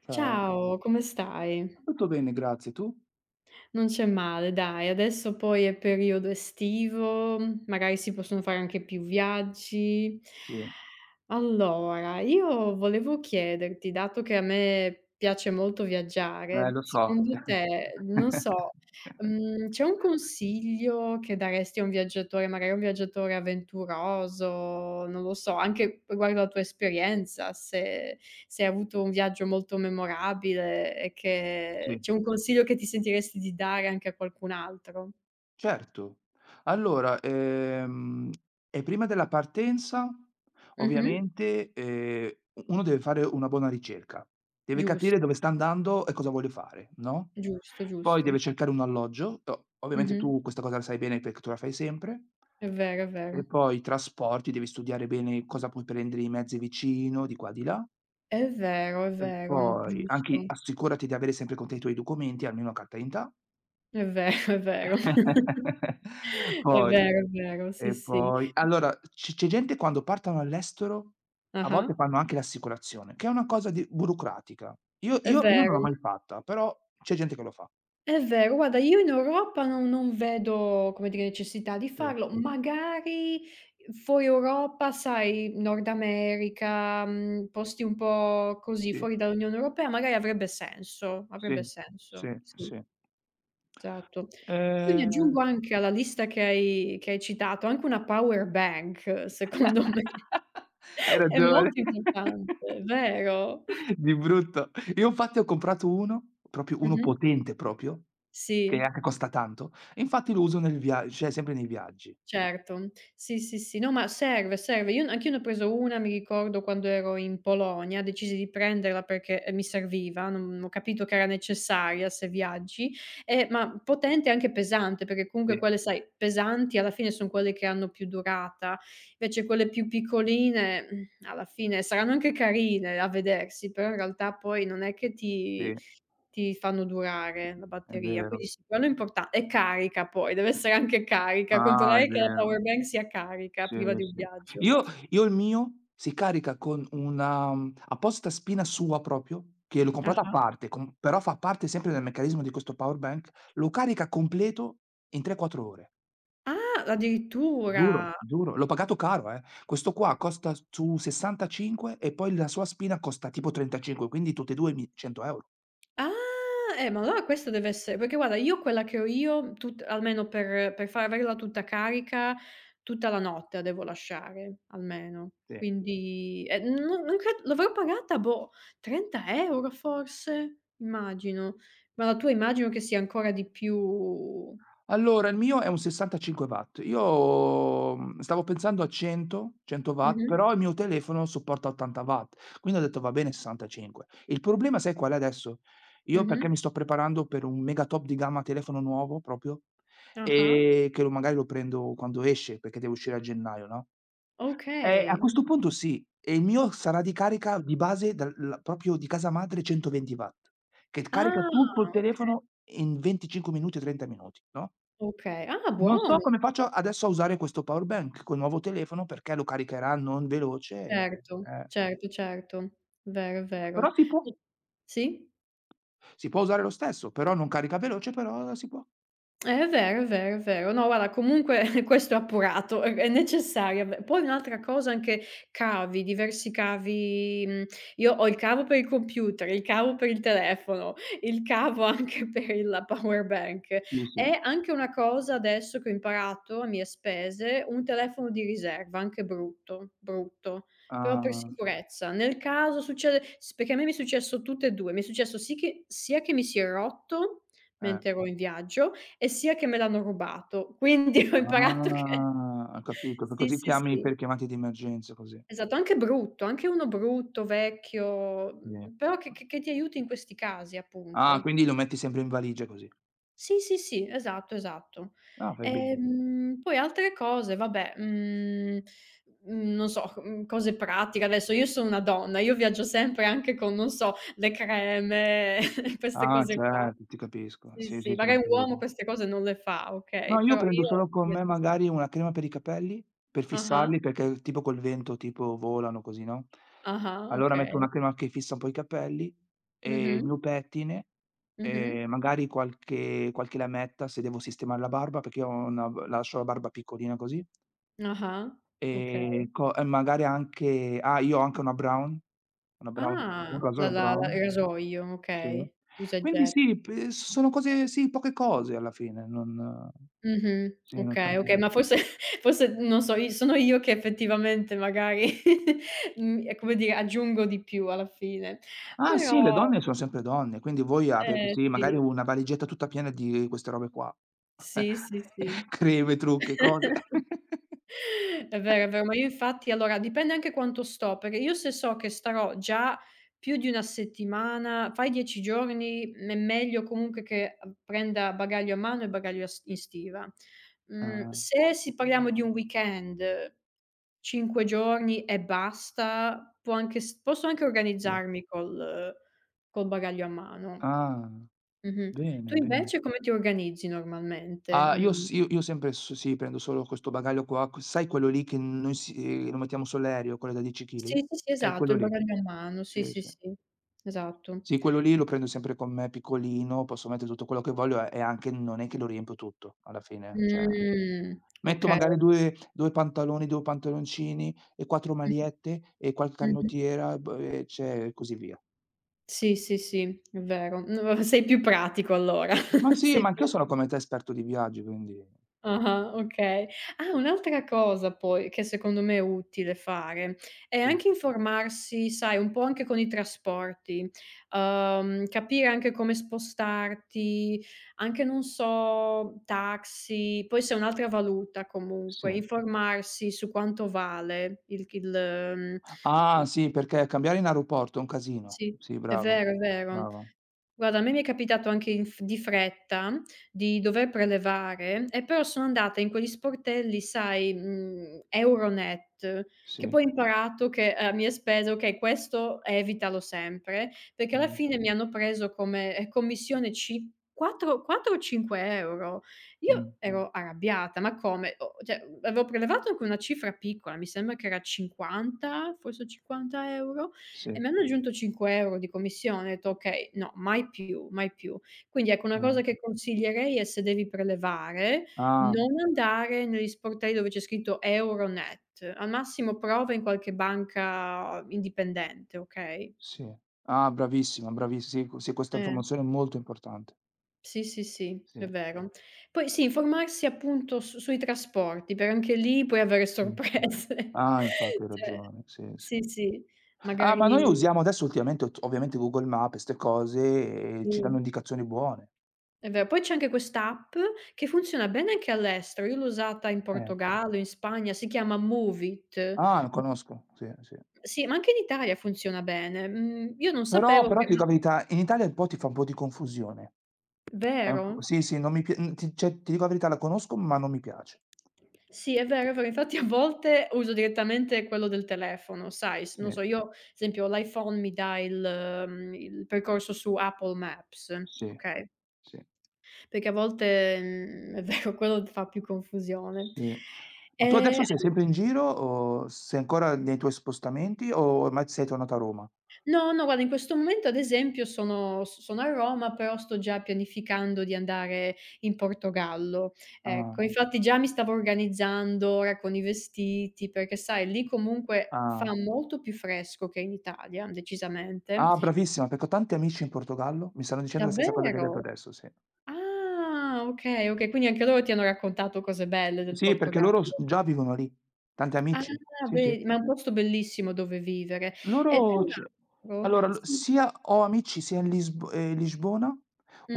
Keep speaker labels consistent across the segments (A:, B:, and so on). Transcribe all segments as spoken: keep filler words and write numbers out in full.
A: Ciao.
B: Ciao, come stai?
A: Tutto bene, grazie. Tu?
B: Non c'è male, dai. Adesso poi è periodo estivo, magari si possono fare anche più viaggi.
A: Sì,
B: Allora, io volevo chiederti, dato che a me piace molto
A: eh
B: viaggiare,
A: lo so,
B: secondo te, non so, mhmm, c'è un consiglio che daresti a un viaggiatore, magari un viaggiatore avventuroso, non lo so, anche riguardo alla tua esperienza, se se hai avuto un viaggio molto memorabile e che
A: sì.
B: c'è un consiglio che ti sentiresti di dare anche a qualcun altro.
A: Certo. Allora, ehm, e prima della partenza
B: Mh-mh.
A: ovviamente, ehm, u uno deve fare una buona ricerca. Deve capire
B: Giusto,
A: dove sta andando e cosa vuole fare, no,
B: giusto,
A: poi deve
B: giusto.
A: cercare un alloggio, o ovviamente
B: Mh-mh.
A: tu questa cosa la sai bene perché tu la fai sempre,
B: È vero, è
A: e
B: vero.
A: poi i trasporti, devi studiare bene cosa puoi prendere i mezzi vicino, di qua, di là.
B: È vero, è
A: E
B: vero,
A: poi anche
B: giusto.
A: assicurati di avere sempre con te i tuoi documenti, almeno carta d'identità.
B: È vero, è vero. È
A: Poi
B: vero, è vero, sì,
A: e
B: sì.
A: poi allora c c'è gente quando partono all'estero, a volte
B: Ah-ah.
A: fanno anche l'assicurazione, che è una cosa di burocratica. Io
B: È
A: io io non l'ho
B: vero,
A: mai fatta, però c'è gente che lo fa.
B: è vero. Guarda, io in Europa non non vedo, come dire, necessità di
A: Sì,
B: farlo. Magari fuori Europa, sai, Nord America, mhmm, posti un po' così
A: sì,
B: fuori dall'Unione Europea, magari avrebbe senso, avrebbe
A: sì, sì,
B: senso. Sì,
A: sì.
B: esatto. Poi mi
A: Ehm.
B: aggiungo anche alla lista che hai che hai citato anche una power bank secondo me
A: Hai
B: è
A: ragione.
B: molto importante, vero.
A: Di brutto. Io infatti ho comprato uno, proprio uno
B: Mh-mh.
A: potente proprio, che
B: Sì.
A: anche costa tanto, e infatti lo uso nel via cioè sempre nei viaggi.
B: Certo, sì, sì, sì. No, ma serve, serve. Io anch'io ne ho preso una, mi ricordo quando ero in Polonia, decisi di prenderla perché, ehm, mi serviva, non ho capito che era necessaria se viaggi, ehm, ma potente e anche pesante, perché
A: Sì,
B: comunque quelle, sai, pesanti alla fine son quelle che hanno più durata, invece quelle più piccoline, mhmm, alla fine saranno anche carine a vedersi, però in realtà poi non è che
A: sì.
B: ti ti fanno durare la
A: È
B: batteria,
A: vero.
B: quindi sì, quello è importa e carica poi, deve essere anche carica,
A: Ah, è
B: controllare che la
A: vero.
B: power bank sia carica
A: Sì,
B: prima di un
A: sì.
B: viaggio.
A: Io io il mio si carica con una, mhmm, apposita spina sua proprio, che l'ho comprata a
B: Ah-ah.
A: parte, com però fa parte sempre del meccanismo di questo power bank, lo carica completo in tre, quattro ore.
B: Ah,
A: Giuro,
B: addirittura!
A: giuro, l'ho pagato caro, eh. Questo qua costa s su sessantacinque e poi la sua spina costa tipo trentacinque, quindi tutte e due mi cento euro €.
B: Ah, eh, ma allora questo deve esse perché guarda io quella che ho io, tut almeno per per far averla tutta carica, tutta la notte la devo lasciare, almeno.
A: Sì.
B: Quindi eh, no non cre l'avrò pagata, boh, trenta euro € forse? Immagino. Ma la tua immagino che sia ancora di più
A: Allora, il mio è un sessantacinque watt. Io, mhmm, stavo pensando a cento, cento watt,
B: mh-mh,
A: però il mio telefono supporta ottanta watt, quindi ho detto: "Va bene sessantacinque". Il problema sai qual è adesso? Io perché
B: mh-mh,
A: mi sto preparando per un mega top di gamma telefono nuovo proprio,
B: ah-ah,
A: ehm, che lo magari lo prendo quando esce, perché deve uscire a gennaio, no, eh, a
B: okay.
A: questo punto sì, e il mio sarà di carica di base dal la proprio di casa madre centoventi watt, che carica
B: Ah,
A: tutto il telefono in venticinque minuti o trenta minuti, no?
B: okay. Ah,
A: Non so
B: buono,
A: come faccio adesso a usare questo power bank col nuovo telefono perché lo caricherà non veloce, e
B: certo,
A: eh,
B: certo, certo. Vero, è
A: però
B: vero.
A: si può.
B: Sì?
A: Si può usare lo stesso, però non carica veloce, però si può.
B: Eh, è vero, è vero, è vero. No, guarda comunque questo è appurato, è è necessaria. Beh, poi un'altra cosa anche cavi, diversi cavi, mhmm, io ho il cavo per il computer, il cavo per il telefono, il cavo anche per il la power bank.
A: Sì, sì.
B: È anche una cosa adesso che ho imparato a mie spese, un telefono di riserva, anche brutto, brutto, però per
A: Ah,
B: sicurezza. Nel caso succede s perché a me mi è successo tutte e due, mi è successo sì che sia che mi si è rotto
A: eh.
B: mentre ero in viaggio, e sia che me l'hanno rubato, quindi ho imparato che
A: Ah, ho capito, p
B: sì,
A: così
B: sì,
A: chiami
B: sì.
A: per chiamate di emergenza così.
B: Esatto, anche brutto, anche uno brutto, vecchio,
A: Sì.
B: mhmm, però che che che ti aiuti in questi casi,
A: Ah,
B: appunto.
A: quindi lo metti sempre in valigia così.
B: Sì, sì, sì, esatto, esatto.
A: Ah, fai bene.
B: Ehm, poi altre cose, vabbè, mhmm, mhmm, non so, mhmm, cose pratiche. Adesso io sono una donna, io viaggio sempre anche con, non so, le creme, queste
A: Ah,
B: cose qua.
A: certo, ti capisco.
B: Sì,
A: Sì, sì,
B: sì,
A: ci
B: magari un uomo
A: mancherebbe.
B: queste cose non le fa,
A: No,
B: okay,
A: io
B: però
A: prendo solo
B: io
A: con me magari una crema per i capelli, per
B: Ah-ah,
A: fissarli, perché tipo col vento tipo volano così, no,
B: ah-ah,
A: allora metto una
B: okay.
A: crema che fissa un po' i capelli, ehm, il
B: Mh-mh,
A: mio pettine,
B: mh-mh.
A: ehm, magari qualche qualche lametta se devo sistemare la barba, perché io ho una b lascio la barba piccolina così,
B: Ah-ah, okay.
A: ehm, co e magari anche ah, io ho anche una Brown, una Brown un
B: Ah, la
A: rasoio
B: la la il
A: Brown,
B: rasoio,
A: sì.
B: okay. Usa e
A: Quindi
B: getta.
A: sì, p sono cose sì, poche cose alla fine, non
B: Mh-mh.
A: sì, non sono
B: Okay, okay,
A: tan
B: ma forse forse non so, i sono io che effettivamente magari, mhmm, è come dire, aggiungo di più alla fine.
A: Ah sì,
B: Però
A: le donne son sempre donne, quindi voi avete
B: eh
A: sì,
B: sì,
A: magari una valigetta tutta piena di queste robe qua.
B: sì, sì, sì.
A: Creme, trucchi, cose.
B: È vero, è vero, ma io infatti allora dipende anche quanto sto, perché io se so che starò già più di una settimana, fai dieci giorni, m è meglio comunque che, uhm, prenda bagaglio a mano e bagaglio a s in stiva. Mhmm,
A: Ah,
B: se si parliamo di un weekend, cinque giorni e basta, può anche s posso anche
A: sì.
B: organizzarmi col col bagaglio a mano.
A: Ah,
B: Mh-mh.
A: bene,
B: Tu
A: bene.
B: invece come ti organizzi normalmente?
A: Ah, io
B: Mh.
A: s io io sempre s sì, prendo solo questo bagaglio qua, q sai quello lì che noi si ehm, lo mettiamo sull'aereo, quello da dieci chili?
B: Sì, sì, sì,
A: È
B: esatto,
A: quello
B: il
A: lì.
B: bagaglio a mano, sì,
A: Sì,
B: sì,
A: sì.
B: sì, esatto.
A: Sì, quello lì lo prendo sempre con me, piccolino, posso mettere tutto quello che voglio eh, e anche non è che lo riempio tutto alla fine, cioè
B: Mh,
A: metto
B: okay.
A: magari due due pantaloni, due pantaloncini e quattro
B: Mh-mh,
A: magliette e qualche
B: mh-mh.
A: canottiera, b e cioè e così via.
B: Sì, sì, sì, è vero. No, sei più pratico allora.
A: Ma sì,
B: Sei
A: ma
B: più
A: anch'io sono come te esperto di viaggi, quindi
B: Ah-ah, okay. Ah, un'altra cosa poi che secondo me è utile fare, è
A: sì,
B: anche informarsi, sai, un po' anche con i trasporti, uhm, capire anche come spostarti, anche non so, taxi, poi se è un'altra valuta comunque,
A: sì.
B: informarsi su quanto vale il c il mhmm,
A: Ah
B: mhmm,
A: sì, perché cambiare in aeroporto è un casino.
B: sì,
A: Sì,
B: è
A: brava,
B: vero, è vero.
A: brava.
B: Guarda, a me mi è capitato anche in f di fretta di dover prelevare, e però sono andata in quegli sportelli, sai, mhmm, Euronet, che
A: Sì,
B: poi ho imparato che a mie spese: "Okay, questo evitalo sempre", perché alla
A: mh,
B: fine mi hanno preso come, ehm, commissione cin quattro o cinque euro €.
A: mh,
B: Io ero arrabbiata: "Ma come?" O cioè, avevo prelevato anche una cifra piccola, mi sembra che era cinquanta, forse cinquanta euro €, e
A: sì,
B: mi hanno aggiunto cinque euro € di commissione, ho detto: "Okay, no, mai più, mai più". Quindi ecco, una
A: mh.
B: cosa che consiglierei è se devi prelevare,
A: Ah,
B: non andare negli sportelli dove c'è scritto Euronet, al massimo prova in qualche banca indipendente, okay?
A: sì. Ah, bravissima, bravissi sì, q sì, questa
B: Eh,
A: informazione è molto importante.
B: sì, sì, sì, è
A: Sì,
B: vero. Poi sì, informarsi appunto su sui trasporti, per anche lì puoi avere
A: sì.
B: sorprese.
A: Ah, infatti hai
B: Cioè
A: ragione, sì, sì.
B: sì, sì,
A: Ah, ma
B: magari
A: noi usiamo adesso ultimamente ot ovviamente Google Maps e 'ste cose, e ci danno
B: sì.
A: indicazioni buone.
B: È vero, poi c'è anche quest'app che funziona bene anche all'estero. Io l'ho usata in
A: Eh.
B: Portogallo, in Spagna, si chiama Move It.
A: Ah, lo
B: Mh-mh.
A: conosco, sì, sì.
B: Sì, ma anche in Italia funziona bene. Mhmm, io non
A: Però
B: sapevo
A: però
B: che
A: ti
B: ma
A: dico la verità, in Italia un po' ti fa un po' di confusione. È un po'
B: vero?
A: sì, sì, non mi pi mhmm, ti cioè, ti dico la verità, la conosco, ma non mi piace.
B: Sì, è vero, è vero. Infatti a volte uso direttamente quello del telefono, sai, s
A: Sì,
B: non so, io ad esempio l'iPhone mi dà il mhmm, il percorso su Apple Maps,
A: sì,
B: okay,
A: sì,
B: perché a volte, mhmm, è vero, quello fa più confusione.
A: sì. Ma tu
B: Ehm
A: adesso sei sempre in giro o sei ancora nei tuoi spostamenti o ormai sei tornato a Roma?
B: No, no, guarda, in questo momento ad esempio sono s sono a Roma, però sto già pianificando di andare in Portogallo.
A: Ah,
B: Ecco, infatti già mi stavo organizzando ora con i vestiti, perché sai lì comunque
A: ah.
B: fa molto più fresco che in Italia, decisamente.
A: Ah, bravissima, perché ho tanti amici in Portogallo, mi stanno dicendo la stessa cosa che hai detto
B: Davvero?
A: adesso, sì.
B: Ah, okay, okay, quindi anche loro ti hanno raccontato cose belle del
A: Sì, perché
B: Portogallo.
A: loro s già vivono lì, tanti
B: Ah,
A: amici. Sì, sì.
B: vedi, ma è un posto bellissimo dove vivere. E tra
A: Loro c
B: l'altro
A: allora l
B: sì.
A: sia ho amici sia in Lisb ehm, Lisbona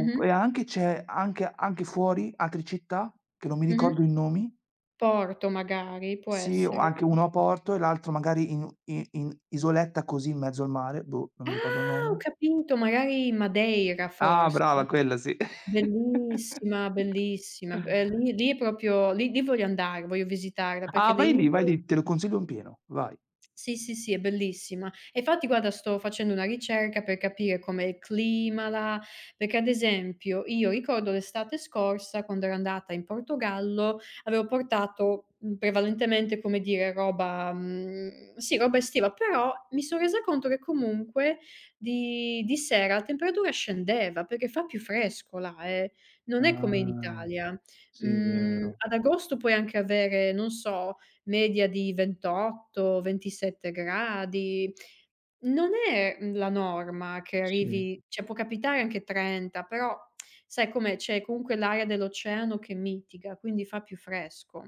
A: op e anche c'è anche anche fuori, altre città, che non mi
B: mh-mh.
A: ricordo i nomi.
B: Porto magari, può
A: Sì, o
B: essere.
A: anche uno a Porto e l'altro magari in i in isoletta così in mezzo al mare, boh, non mi ricordo il
B: Ah, ho
A: nome.
B: capito, magari Madeira
A: Ah,
B: forse.
A: brava, quella sì.
B: Bellissima, bellissima. Ehm, lì lì è proprio lì lì voglio andare, voglio visitarla perché
A: Ah,
B: le
A: vai lì, vai
B: isole
A: lì, te lo consiglio in pieno, vai.
B: Sì, sì, sì, è bellissima. E infatti guarda sto facendo una ricerca per capire com'è il clima là, perché ad esempio io ricordo l'estate scorsa quando ero andata in Portogallo, avevo portato, mhmm, prevalentemente, come dire, roba mhmm, sì, roba estiva, però mi son resa conto che comunque di di sera la temperatura scendeva, perché fa più fresco là, eh, non è come in
A: Ah,
B: Italia.
A: sì, è
B: Mhmm,
A: vero,
B: ad agosto puoi anche avere, non so, media di ventotto, ventisette gradi. Non è, mhmm, la norma che
A: sì.
B: arrivi cioè può capitare anche trenta, però sai com'è, c'è comunque l'aria dell'oceano che mitiga, quindi fa più fresco.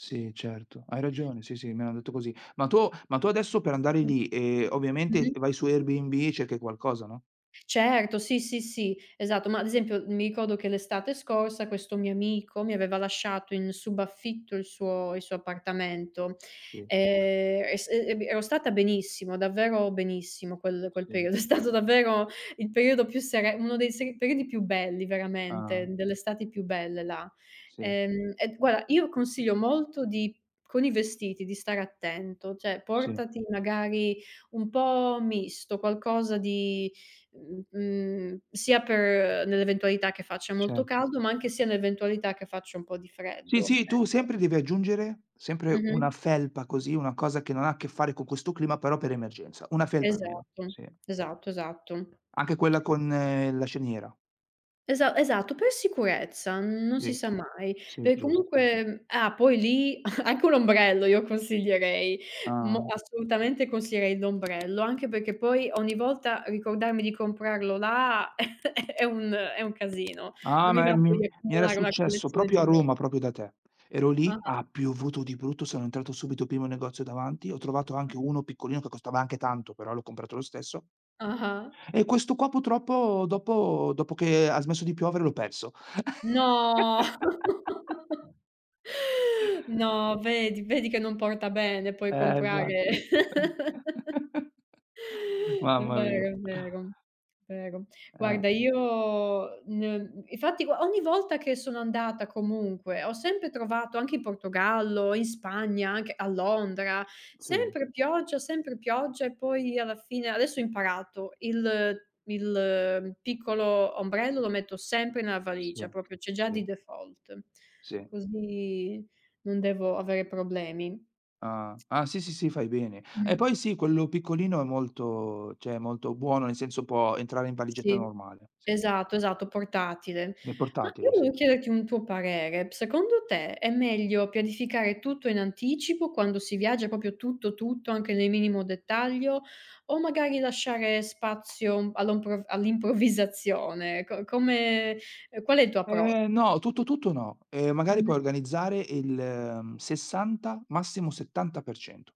A: Sì, certo, hai ragione, sì, sì, mi hanno detto così. Ma tu ma tu adesso per andare
B: Mh.
A: lì, ehm, ovviamente
B: Mh-mh.
A: vai su Airbnb e cerchi qualcosa, no?
B: Certo, sì, sì, sì, esatto. Ma ad esempio mi ricordo che l'estate scorsa questo mio amico mi aveva lasciato in subaffitto il suo il suo appartamento,
A: Sì,
B: ehm, e s e e ero stata benissimo, davvero benissimo quel quel
A: sì,
B: periodo. È stato davvero il periodo più sere uno dei seri periodi più belli veramente,
A: ah,
B: delle estati più belle là.
A: sì,
B: Ehm, e guarda, io consiglio molto di con i vestiti, di stare attento, cioè
A: sì,
B: portati magari un po' misto, qualcosa di Mh, mhmm, sia per nell'eventualità che faccia molto
A: certo.
B: caldo, ma anche sia nell'eventualità che faccia un po' di
A: Sì,
B: freddo.
A: sì, tu sempre devi aggiungere sempre
B: Mh-mh.
A: una felpa così, una cosa che non ha a che fare con questo clima, però per emergenza. Una felpa almeno,
B: Esatto,
A: sì.
B: esatto, esatto.
A: Anche quella con eh, la sceniera.
B: Esa esatto, per sicurezza, non si
A: Sì,
B: sa mai.
A: sì,
B: Per
A: giusto.
B: comunque ah, poi lì anche un ombrello io consiglierei, mo
A: Ah.
B: assolutamente consiglierei l'ombrello, anche perché poi ogni volta ricordarmi di comprarlo là è un è un casino.
A: Ah,
B: Non mi
A: ma
B: va
A: mi
B: poi di
A: mi era
B: accumulare una
A: successo
B: collezione di
A: proprio a Roma,
B: ombrelli.
A: proprio da te. Ero lì,
B: Ah-ah.
A: ha piovuto di brutto, sono entrato subito primo negozio davanti, ho trovato anche uno piccolino che costava anche tanto, però l'ho comprato lo stesso.
B: Ah-ah.
A: E questo qua purtroppo dopo dopo che ha smesso di piovere l'ho perso.
B: No! No, vedi, vedi che non porta bene poi
A: Eh, infatti.
B: comprare È
A: Mamma mia.
B: vero, è vero, vero.
A: Eh,
B: Guarda io n infatti gua ogni volta che sono andata comunque, ho sempre trovato anche in Portogallo, in Spagna, anche a Londra,
A: sì,
B: sempre pioggia, sempre pioggia e poi alla fine adesso ho imparato il il eh, piccolo ombrello lo metto sempre nella
A: sì,
B: valigia, proprio c'è già
A: sì,
B: di default,
A: sì.
B: così non devo avere problemi.
A: Ah, ah, sì, sì, sì, fai bene. E
B: Mh,
A: poi sì, quello piccolino è molto cioè è molto buono, nel senso può entrare in valigetta
B: sì.
A: normale, sì.
B: Esatto, esatto, portatile.
A: Nel
B: Ma io
A: portatile, sì.
B: volevo chiederti un tuo parere. Secondo te è meglio pianificare tutto in anticipo quando si viaggia, proprio tutto, tutto, anche nel minimo dettaglio, o magari lasciare spazio all'ompro all'improvvisazione? Co come ehm, qual è il tuo approccio?
A: Ehm, no, tutto, tutto no. Ehm, magari
B: Mh-mh.
A: puoi organizzare il, mhmm, sessanta, massimo settanta per cento.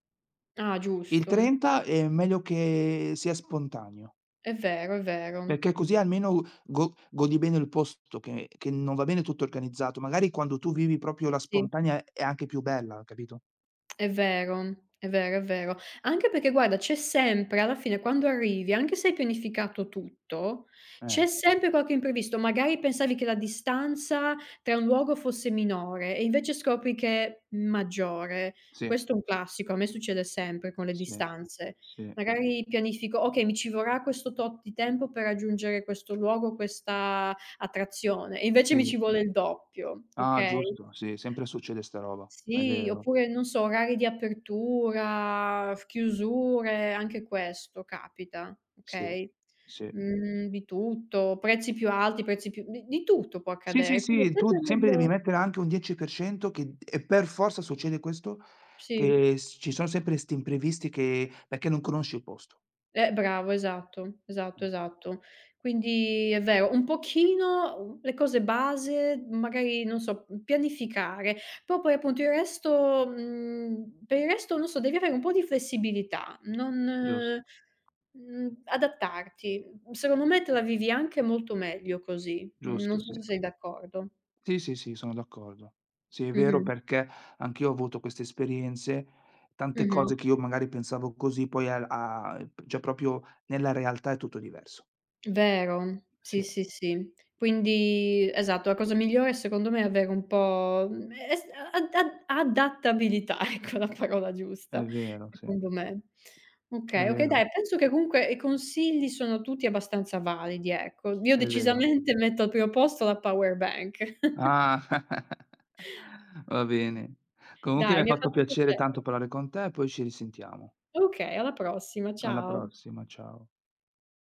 B: Ah,
A: Il
B: giusto.
A: trenta è meglio che sia spontaneo,
B: È vero, è vero.
A: perché così almeno go godi bene il posto, che che non va bene tutto organizzato. Magari quando tu vivi proprio la
B: Sì.
A: spontanea è anche più bella, capito?
B: È vero, è vero, è vero. Anche perché guarda, c'è sempre alla fine quando arrivi, anche se hai pianificato tutto,
A: Eh,
B: c'è sempre qualche imprevisto. Magari pensavi che la distanza tra un luogo fosse minore e invece scopri che è maggiore.
A: sì,
B: Questo è un classico, a me succede sempre con le
A: sì,
B: distanze.
A: sì.
B: Magari pianifico: "Okay, mi ci vorrà questo tot di tempo per raggiungere questo luogo, questa attrazione", e invece
A: Sì.
B: mi ci vuole il doppio,
A: Ah,
B: okay?
A: giusto, sì, sempre succede sta roba, è
B: Sì,
A: vero.
B: oppure non so, orari di apertura, f chiusure, anche questo capita,
A: Sì,
B: okay?
A: sì.
B: Mhmm, di tutto, prezzi più alti, prezzi più di di tutto può
A: Sì, sì,
B: accadere, quindi è
A: sì, tu
B: sempre
A: sempre devi
B: meglio
A: mettere anche un dieci per cento che e per forza succede questo,
B: sì.
A: che s ci sono sempre 'sti imprevisti che perché non conosci il posto.
B: Eh, bravo, esatto, esatto,
A: Eh,
B: esatto. Quindi è vero, un pochino, uhm, le cose base, magari non so, mhmm, pianificare, però poi appunto il resto mhmm, per il resto non so, devi avere un po' di flessibilità,
A: giusto,
B: non mhmm, adattarti. Mhmm, secondo me te la vivi anche molto meglio così,
A: giusto,
B: non
A: sì.
B: so se sei d'accordo.
A: Sì, sì, sì, sono d'accordo. Sì, è vero
B: Mh-mh,
A: perché anch'io ho avuto queste esperienze, tante
B: mh-mh.
A: cose che io magari pensavo così, poi al a cioè proprio nella realtà è tutto diverso.
B: Vero, sì,
A: Sì,
B: sì, sì. Quindi esatto, la cosa migliore secondo me è avere un po', mhmm, es ad ad adattabilità, ecco la parola
A: è
B: giusta,
A: vero, sì,
B: secondo me.
A: è
B: Okay, okay,
A: vero.
B: dai, penso che comunque i consigli sono tutti abbastanza validi, ecco. Io
A: È vero.
B: decisamente metto al primo posto la power bank.
A: Ah, va bene. Comunque mi
B: Dai,
A: ha
B: mi ha
A: fatto
B: fatto
A: piacere tanto
B: piacere.
A: parlare con te, poi ci risentiamo.
B: Okay, alla prossima,
A: Alla
B: ciao.
A: prossima, ciao.